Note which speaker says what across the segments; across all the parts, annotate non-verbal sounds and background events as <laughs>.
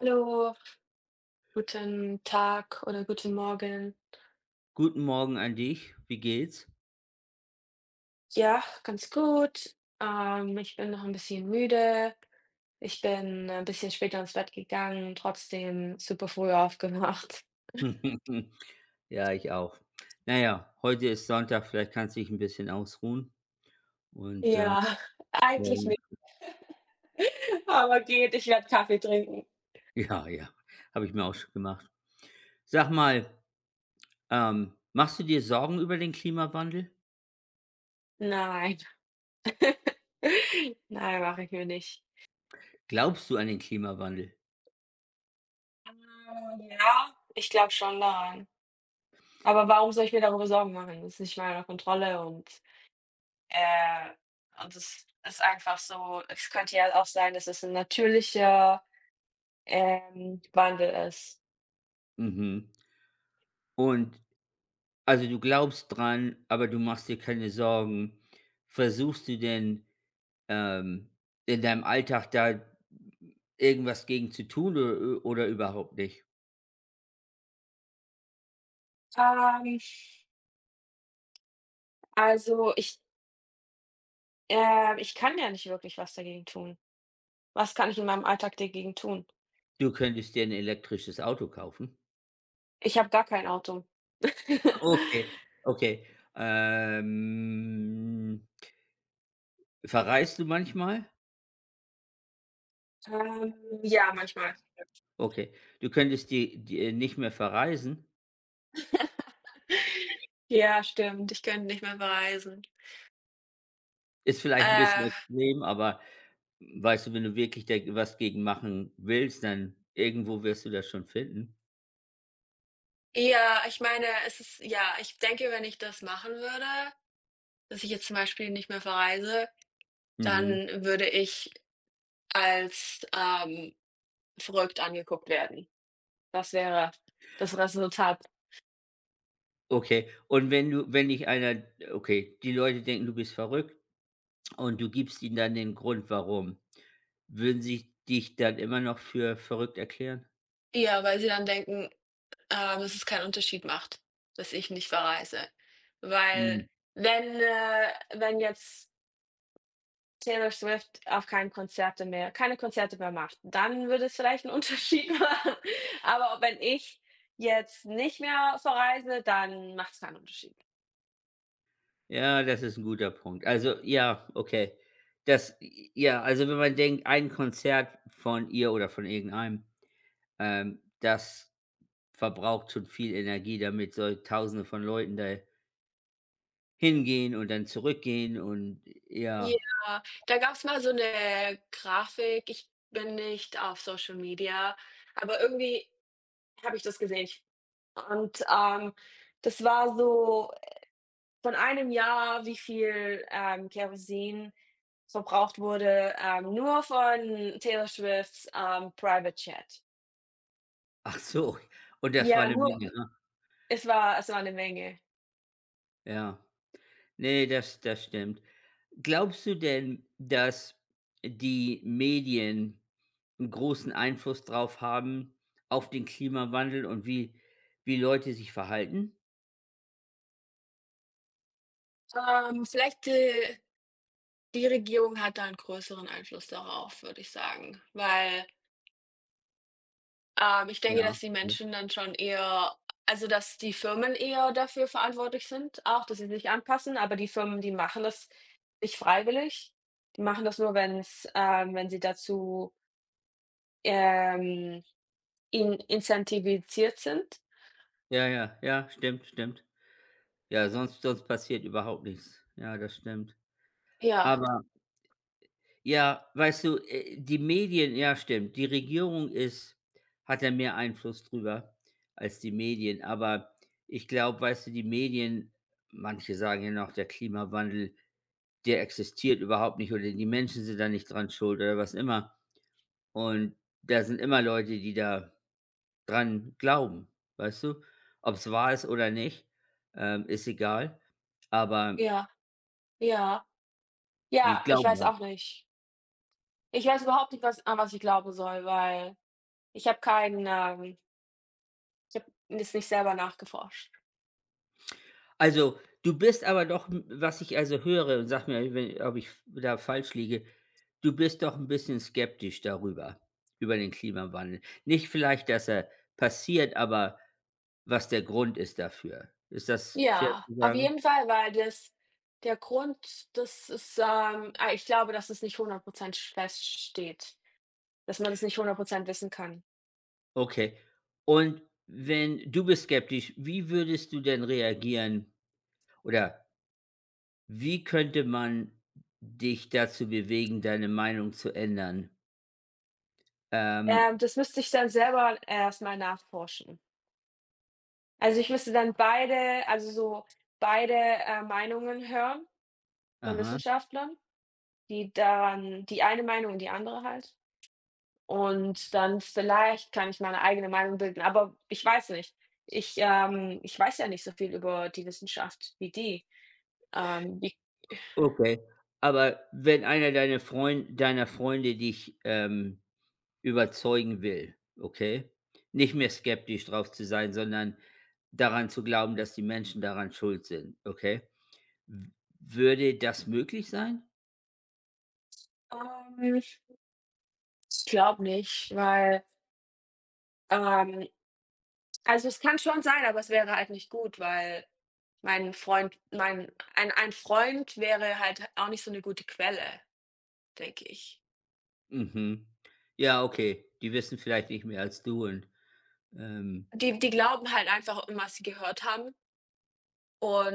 Speaker 1: Hallo, guten Tag oder guten Morgen.
Speaker 2: Guten Morgen an dich. Wie geht's?
Speaker 1: Ja, ganz gut. Ich bin noch ein bisschen müde. Ich bin ein bisschen später ins Bett gegangen, trotzdem super früh aufgewacht.
Speaker 2: <laughs> Ja, ich auch. Naja, heute ist Sonntag, vielleicht kannst du dich 'n bisschen ausruhen und,
Speaker 1: Ja, <laughs> eigentlich
Speaker 2: morgen.
Speaker 1: nicht, <laughs> aber geht, ich werde Kaffee trinken.
Speaker 2: <laughs> Ja, ja, habe ich mir auch schon gemacht. Sag mal, machst du dir Sorgen über den Klimawandel?
Speaker 1: Nein. <laughs> Nein, mache ich mir nicht.
Speaker 2: Glaubst du an den Klimawandel?
Speaker 1: Ja, ich glaube schon daran. Aber warum soll ich mir darüber Sorgen machen? Das ist nicht meine Kontrolle und Äh, und es ist einfach so, es könnte ja auch sein, dass es 'n natürlicher, Wandel ist.
Speaker 2: Mhm. Und also, du glaubst dran, aber du machst dir keine Sorgen. Versuchst du denn, ähm, in deinem Alltag da irgendwas gegen zu tun o oder überhaupt nicht?
Speaker 1: Ähm, also, ich kann ja nicht wirklich was dagegen tun. Was kann ich in meinem Alltag dagegen tun?
Speaker 2: Du könntest dir 'n elektrisches Auto kaufen.
Speaker 1: Ich habe gar kein Auto. <laughs>
Speaker 2: Okay. Okay, ähm, verreist du manchmal?
Speaker 1: Ähm, ja, manchmal.
Speaker 2: Okay, du könntest die die nicht mehr verreisen.
Speaker 1: <laughs> Ja, stimmt, ich könnte nicht mehr verreisen.
Speaker 2: Ist vielleicht 'n bisschen
Speaker 1: Äh,
Speaker 2: extrem, aber weißt du, wenn du wirklich da was gegen machen willst, dann irgendwo wirst du das schon finden.
Speaker 1: ja, ich meine, es ist ja, ich denke, wenn ich das machen würde, dass ich jetzt zum Beispiel nicht mehr verreise,
Speaker 2: Mhm.
Speaker 1: dann würde ich als, verrückt angeguckt werden. Das wäre das Resultat.
Speaker 2: Okay, und wenn du wenn dich einer okay, die Leute denken, du bist verrückt und du gibst ihnen dann den Grund, warum. Würden sie dich dann immer noch für verrückt erklären?
Speaker 1: Ja, weil sie dann denken, dass es keinen Unterschied macht, dass ich nicht verreise. Weil
Speaker 2: Mhm.
Speaker 1: wenn jetzt Taylor Swift auf kein Konzerte mehr keine Konzerte mehr macht, dann würde es vielleicht einen Unterschied <laughs> machen. Aber wenn ich jetzt nicht mehr verreise, dann macht es keinen Unterschied.
Speaker 2: Ja, das ist ein guter Punkt. Also, ja, okay. Das ja, also, wenn man denkt, ein Konzert von ihr oder von irgendeinem, das verbraucht schon viel Energie, damit so Tausende von Leuten da hingehen und dann zurückgehen und ja.
Speaker 1: Ja, da gab's mal so 'ne Grafik. Ich bin nicht auf Social Media, aber irgendwie habe ich das gesehen. Ich Und, das war so von einem Jahr, wie viel, Kerosin verbraucht wurde, nur von Taylor Swift's, Private Chat.
Speaker 2: <laughs> Ach so, und das war
Speaker 1: Ja,
Speaker 2: eine
Speaker 1: nur
Speaker 2: Menge, ne?
Speaker 1: es war eine Menge.
Speaker 2: Ja. Nee, das stimmt. Glaubst du denn, dass die Medien einen großen Einfluss drauf haben auf den Klimawandel und wie Leute sich verhalten?
Speaker 1: Vielleicht, die Regierung hat da 'n größeren Einfluss darauf, würde ich sagen, weil ich denke,
Speaker 2: Ja,
Speaker 1: dass die
Speaker 2: ja.
Speaker 1: Menschen dann schon eher, also, dass die Firmen eher dafür verantwortlich sind auch, dass sie sich anpassen, aber die Firmen, die machen das nicht freiwillig. Die machen das nur, wenn sie dazu, ähm, in incentivisiert sind.
Speaker 2: Ja, ja, ja, stimmt, stimmt. Ja, sonst passiert überhaupt nichts. Ja, das stimmt.
Speaker 1: Ja,
Speaker 2: Aber ja, weißt du, die Medien, ja, stimmt. Die Regierung ist hat da mehr Einfluss drüber als die Medien. Aber ich glaube, weißt du, die Medien, manche sagen ja noch, der Klimawandel, der existiert überhaupt nicht oder die Menschen sind da nicht dran schuld oder was immer. Und da sind immer Leute, die da dran glauben, weißt du? Ob es wahr ist oder nicht, ist egal, aber
Speaker 1: ja, ja.
Speaker 2: die
Speaker 1: Ja, ich
Speaker 2: glauben
Speaker 1: weiß
Speaker 2: dran.
Speaker 1: auch nicht. Ich weiß überhaupt nicht, was ich glauben soll, weil ich habe keinen, ähm ich habe das nicht selber nachgeforscht.
Speaker 2: Also, du bist aber doch, m was ich also höre, und sag mir, we ob ich f da falsch liege, du bist doch ein bisschen skeptisch darüber, über den Klimawandel. Nicht vielleicht, dass er passiert, aber was der Grund ist dafür. Ist das fair
Speaker 1: Ja,
Speaker 2: zu
Speaker 1: auf
Speaker 2: sagen?
Speaker 1: jeden Fall, weil das der Grund, das ist, ich glaube, dass es nicht 100 feststeht, dass man das nicht hundert Prozent wissen kann.
Speaker 2: Okay. Und wenn du bist skeptisch, wie würdest du denn reagieren oder wie könnte man dich dazu bewegen, deine Meinung zu ändern? Ähm,
Speaker 1: Das müsste ich dann selber erst mal nachforschen. Also, ich müsste dann beide also, so beide, Meinungen hören von
Speaker 2: aha,
Speaker 1: Wissenschaftlern, die dann die eine Meinung und die andere halt. Und dann vielleicht kann ich meine eigene Meinung bilden, aber ich weiß nicht. Ich weiß ja nicht so viel über die Wissenschaft wie die. Wie
Speaker 2: okay. Aber wenn einer deiner Freunde dich, überzeugen will, okay? Nicht mehr skeptisch drauf zu sein, sondern daran zu glauben, dass die Menschen daran schuld sind, okay? W würde das möglich sein?
Speaker 1: Ich glaube nicht, weil, ähm also, es kann schon sein, aber es wäre halt nicht gut, weil mein Freund mein ein Freund wäre halt auch nicht so 'ne gute Quelle, denke ich.
Speaker 2: Mhm. Ja, okay. Die wissen vielleicht nicht mehr als du und, ähm,
Speaker 1: Die glauben halt einfach immer, was sie gehört haben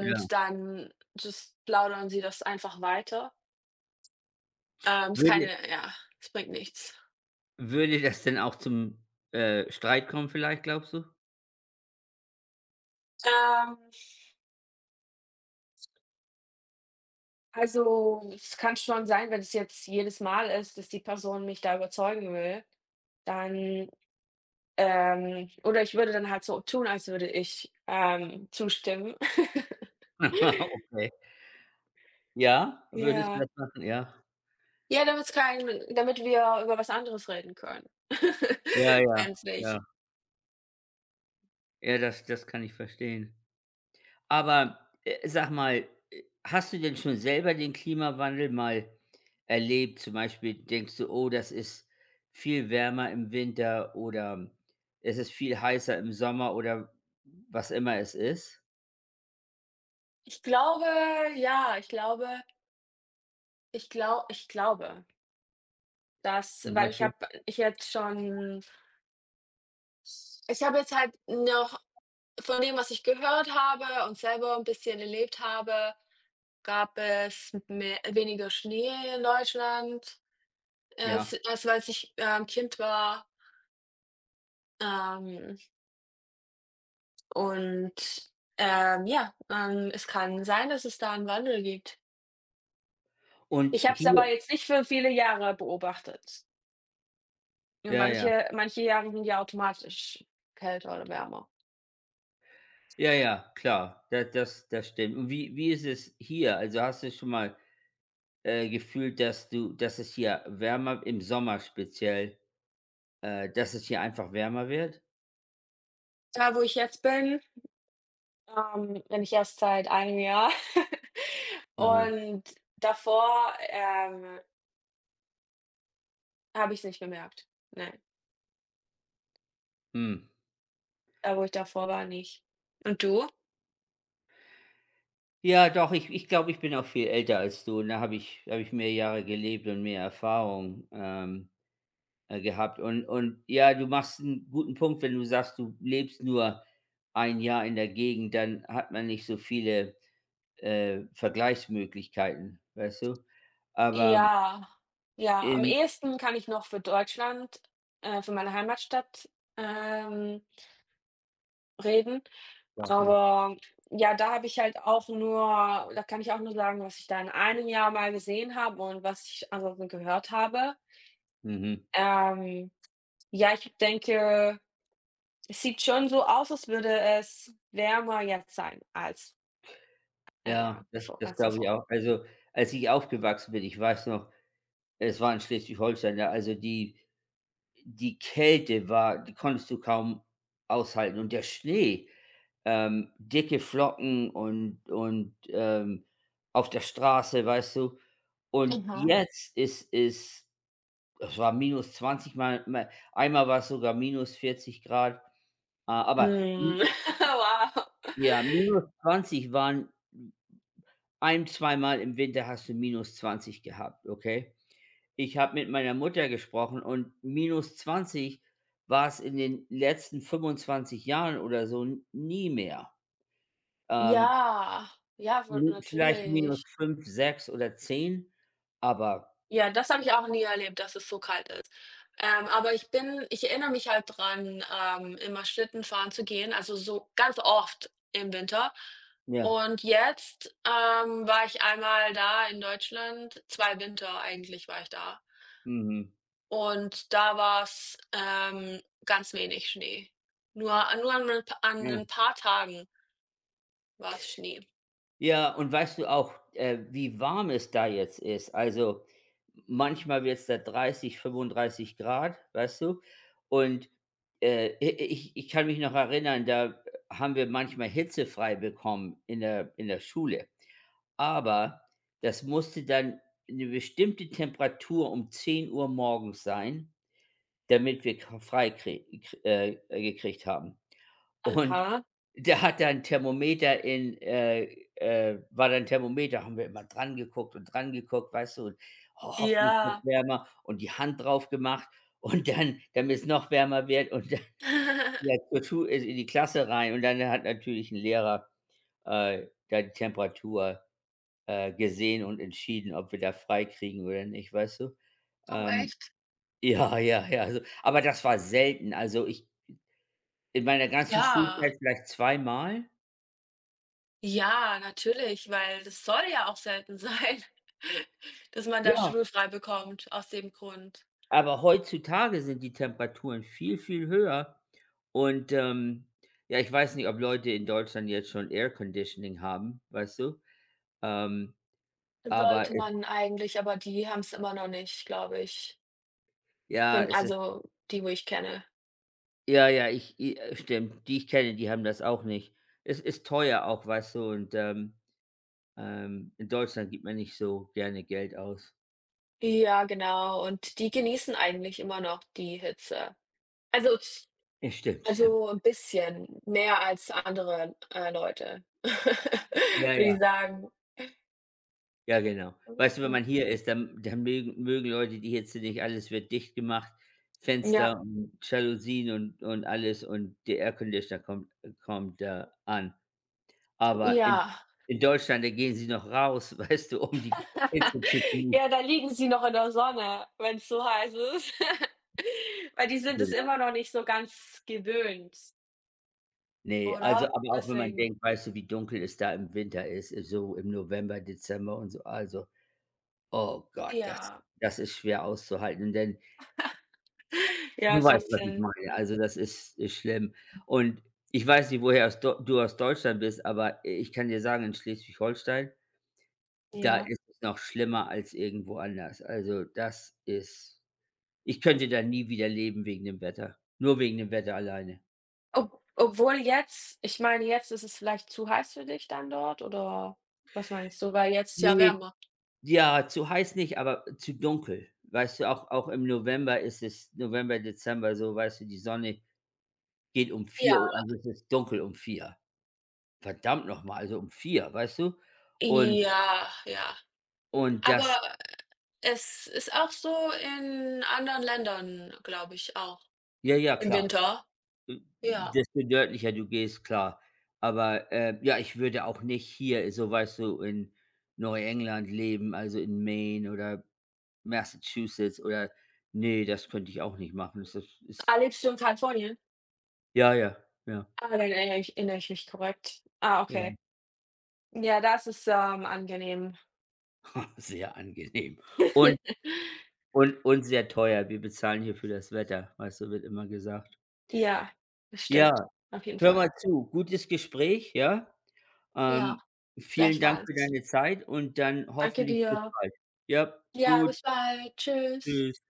Speaker 2: ja.
Speaker 1: dann just plaudern sie das einfach weiter. Ist
Speaker 2: Würde
Speaker 1: keine ja, Es bringt nichts.
Speaker 2: würde das denn auch zum, Streit kommen vielleicht, glaubst du?
Speaker 1: Ähm, also, es kann schon sein, wenn es jetzt jedes Mal ist, dass die Person mich da überzeugen will, dann oder ich würde dann halt so tun, als würde ich, zustimmen. <laughs>
Speaker 2: <laughs> Okay. Ja? Würdest du
Speaker 1: Ja.
Speaker 2: das machen? Ja.
Speaker 1: Ja, damit's kein damit wir über was anderes reden können. <laughs>
Speaker 2: Ja, ja, ja.
Speaker 1: Endlich.
Speaker 2: Ja, das kann ich verstehen. Aber, sag mal, hast du denn schon selber den Klimawandel mal erlebt? Zum Beispiel denkst du: „Oh, das ist viel wärmer im Winter" oder „es ist viel heißer im Sommer" oder was immer es ist,
Speaker 1: Ich glaube ja, ich glaube ich glau ich glaube, dass,
Speaker 2: zum
Speaker 1: weil ich
Speaker 2: Beispiel?
Speaker 1: habe ich jetzt schon ich habe jetzt halt noch von dem, was ich gehört habe und selber ein bisschen erlebt habe, gab es mehr weniger Schnee in Deutschland,
Speaker 2: Ja.
Speaker 1: als ich, Kind war. Ähm, und, ja, es kann sein, dass es da einen Wandel gibt.
Speaker 2: Und
Speaker 1: Ich habe es aber
Speaker 2: hier.
Speaker 1: jetzt nicht für viele Jahre beobachtet. Nur
Speaker 2: Ja, ja.
Speaker 1: manche Jahre sind ja automatisch kälter oder wärmer.
Speaker 2: Ja, ja, klar, das stimmt. Und wie ist es hier? Also, hast du schon mal, gefühlt, dass es hier wärmer im Sommer speziell, dass es hier einfach wärmer wird?
Speaker 1: Da, wo ich jetzt bin, bin ich erst seit einem Jahr <laughs>
Speaker 2: Aha.
Speaker 1: und davor, habe ich es nicht bemerkt. Nein,
Speaker 2: Mhm.
Speaker 1: da, wo ich davor war, nicht. Und du?
Speaker 2: Ja, doch, ich glaube, ich bin auch viel älter als du und da habe ich mehr Jahre gelebt und mehr Erfahrung, gehabt. Und ja, du machst einen guten Punkt, wenn du sagst, du lebst nur ein Jahr in der Gegend, dann hat man nicht so viele, Vergleichsmöglichkeiten, weißt du? Aber
Speaker 1: Ja, ja, am
Speaker 2: in
Speaker 1: ehesten kann ich noch für Deutschland, für meine Heimatstadt, ähm, reden.
Speaker 2: Ja, ja.
Speaker 1: Aber ja, da kann ich auch nur sagen, was ich da in einem Jahr mal gesehen habe und was ich ansonsten gehört habe.
Speaker 2: Mhm.
Speaker 1: Ähm, ja, ich denke, es sieht schon so aus, als würde es wärmer jetzt sein als, ja,
Speaker 2: Ja, das
Speaker 1: bevor,
Speaker 2: das
Speaker 1: als
Speaker 2: glaube ich
Speaker 1: davor.
Speaker 2: auch. Also, als ich aufgewachsen bin, ich weiß noch, es war in Schleswig-Holstein, da, also, die Kälte war, die konntest du kaum aushalten und der Schnee, dicke Flocken und auf der Straße, weißt du? Und
Speaker 1: Mhm.
Speaker 2: jetzt ist es es war -20 mal, einmal war's sogar -40 C. A Aber
Speaker 1: Hm, <laughs> wow.
Speaker 2: ja, minus zwanzig, waren ein zweimal im Winter hast du minus zwanzig gehabt, okay? Ich habe mit meiner Mutter gesprochen und -20 war es in den letzten 25 Jahren oder so n nie mehr. Ähm,
Speaker 1: Ja, ja, wohl
Speaker 2: m vielleicht
Speaker 1: natürlich.
Speaker 2: -5, 6 oder 10. Aber
Speaker 1: Ja, das habe ich auch nie erlebt, dass es so kalt ist. Aber ich erinnere mich halt dran, immer Schlitten fahren zu gehen, also so ganz oft im Winter.
Speaker 2: ja,
Speaker 1: Und jetzt, war ich einmal da in Deutschland. 2 Winter eigentlich war ich da.
Speaker 2: mhm,
Speaker 1: Und da war's, ganz wenig Schnee. Nur nur an ein pa an 'nen
Speaker 2: ja.
Speaker 1: paar Tagen war's Schnee.
Speaker 2: Ja, und weißt du auch, wie warm es da jetzt ist? Also, manchmal wird es da 30, 35 Grad, weißt du? Und, i ich ich kann mich noch erinnern, da haben wir manchmal hitzefrei bekommen in der Schule. Aber das musste dann eine bestimmte Temperatur um 10 Uhr morgens sein, damit wir k frei krä kr gekriegt haben. Und
Speaker 1: Aha.
Speaker 2: da hat dann Thermometer in, war dann Thermometer, haben wir immer dran geguckt und dran geguckt, weißt du, und ho hoffentlich wird
Speaker 1: Ja.
Speaker 2: wärmer und die Hand drauf gemacht und dann, damit es noch wärmer wird und dann ja,
Speaker 1: <laughs>
Speaker 2: zur Schu in die Klasse rein und dann hat natürlich ein Lehrer, da die Temperatur gesehen und entschieden, ob wir da freikriegen oder nicht, weißt du?
Speaker 1: Aber
Speaker 2: Ähm,
Speaker 1: echt.
Speaker 2: <laughs> ja, ja, ja, also, aber das war selten. Also, ich in meiner ganzen
Speaker 1: Ja,
Speaker 2: Schulzeit vielleicht zweimal.
Speaker 1: ja, natürlich, weil das soll ja auch selten sein, <laughs> dass man da
Speaker 2: Ja,
Speaker 1: schulfrei bekommt aus dem Grund.
Speaker 2: aber heutzutage sind die Temperaturen viel, viel höher und, ja, ich weiß nicht, ob Leute in Deutschland jetzt schon Air Conditioning haben, weißt du? Ähm, aber
Speaker 1: Sollte
Speaker 2: es,
Speaker 1: man eigentlich, aber die haben es immer noch nicht, glaube ich.
Speaker 2: ja,
Speaker 1: Von
Speaker 2: es ist,
Speaker 1: also, die, wo ich kenne.
Speaker 2: ja, ja, ich i stimmt. Die ich kenne, die haben das auch nicht. Es ist teuer auch, weißt du, und, in Deutschland gibt man nicht so gerne Geld aus. <laughs>
Speaker 1: Ja, genau, und die genießen eigentlich immer noch die Hitze. Also z-
Speaker 2: Ja, stimmt, stimmt.
Speaker 1: also ein bisschen mehr als andere, Leute, <laughs>
Speaker 2: Ja,
Speaker 1: würde
Speaker 2: ja.
Speaker 1: ich sagen.
Speaker 2: Ja, genau.
Speaker 1: Mhm,
Speaker 2: Weißt du, wenn
Speaker 1: mhm.
Speaker 2: man hier ist, dann mögen Leute die Hitze nicht, alles wird dicht gemacht,
Speaker 1: Ja,
Speaker 2: Fenster und Jalousien und alles und der Airconditioner kommt da an. Aber in
Speaker 1: ja.
Speaker 2: in Deutschland, da gehen sie noch raus, <laughs> weißt du, um die
Speaker 1: <laughs>
Speaker 2: Hitze zu genießen,
Speaker 1: Ja, da liegen sie noch in der Sonne, wenn es so heiß ist. <laughs> Weil die sind es
Speaker 2: genau.
Speaker 1: immer noch nicht so ganz gewöhnt,
Speaker 2: Ne, also,
Speaker 1: oder?
Speaker 2: aber auch wenn man
Speaker 1: Deswegen
Speaker 2: denkt, weißt du, wie dunkel es da im Winter ist, so im November, Dezember und so, also, Oh Gott, das
Speaker 1: ja.
Speaker 2: das ist schwer auszuhalten, denn
Speaker 1: Ja,
Speaker 2: du
Speaker 1: es
Speaker 2: weißt,
Speaker 1: macht
Speaker 2: was ich
Speaker 1: Sinn.
Speaker 2: meine. Also, das ist schlimm. Und ich weiß nicht, woher aus Deu du aus Deutschland bist, aber ich kann dir sagen, in Schleswig-Holstein, da
Speaker 1: Ja.
Speaker 2: ist es noch schlimmer als irgendwo anders. Also, das ist ich könnte da nie wieder leben wegen dem Wetter. Nur wegen dem Wetter alleine.
Speaker 1: Ob obwohl jetzt, ich meine, jetzt ist es vielleicht zu heiß für dich dann dort oder was meinst du? Weil jetzt ist ja
Speaker 2: Nee,
Speaker 1: wärmer.
Speaker 2: ja, zu heiß nicht, aber zu dunkel. Weißt du, auch im November ist es, November, Dezember so, weißt du, die Sonne geht um vier
Speaker 1: Ja.
Speaker 2: Uhr also, es ist dunkel um vier. Verdammt noch mal, also um vier, weißt du? Und
Speaker 1: Ja, ja.
Speaker 2: das.
Speaker 1: Aber es ist auch so in anderen Ländern, glaube ich auch,
Speaker 2: Ja, ja,
Speaker 1: im
Speaker 2: klar.
Speaker 1: Winter.
Speaker 2: Äh,
Speaker 1: Ja.
Speaker 2: desto nördlicher du gehst, klar. Aber, ja, ich würde auch nicht hier, so weißt du, in Neuengland leben, also in Maine oder Massachusetts oder nee, das könnte ich auch nicht machen. Das ist
Speaker 1: Ah,
Speaker 2: ist
Speaker 1: lebst du in Kalifornien?
Speaker 2: ja, ja, ja,
Speaker 1: Ah, dann erinnere ich mich korrekt. Ah,
Speaker 2: ja.
Speaker 1: okay. Ja, das ist, angenehm.
Speaker 2: <laughs> Sehr angenehm und
Speaker 1: <laughs>
Speaker 2: und sehr teuer. Wir bezahlen hier für das Wetter, weißt du, wird immer gesagt.
Speaker 1: Ja, das
Speaker 2: Ja,
Speaker 1: stimmt. Auf jeden
Speaker 2: hör
Speaker 1: Fall.
Speaker 2: mal zu, gutes Gespräch, ja?
Speaker 1: Ja,
Speaker 2: Ähm, vielen Dank für
Speaker 1: gleichfalls.
Speaker 2: deine Zeit und dann
Speaker 1: Danke
Speaker 2: hoffentlich bis
Speaker 1: dir.
Speaker 2: bald. Ja,
Speaker 1: Ja,
Speaker 2: gut,
Speaker 1: bis bald. Tschüss.
Speaker 2: tschüss.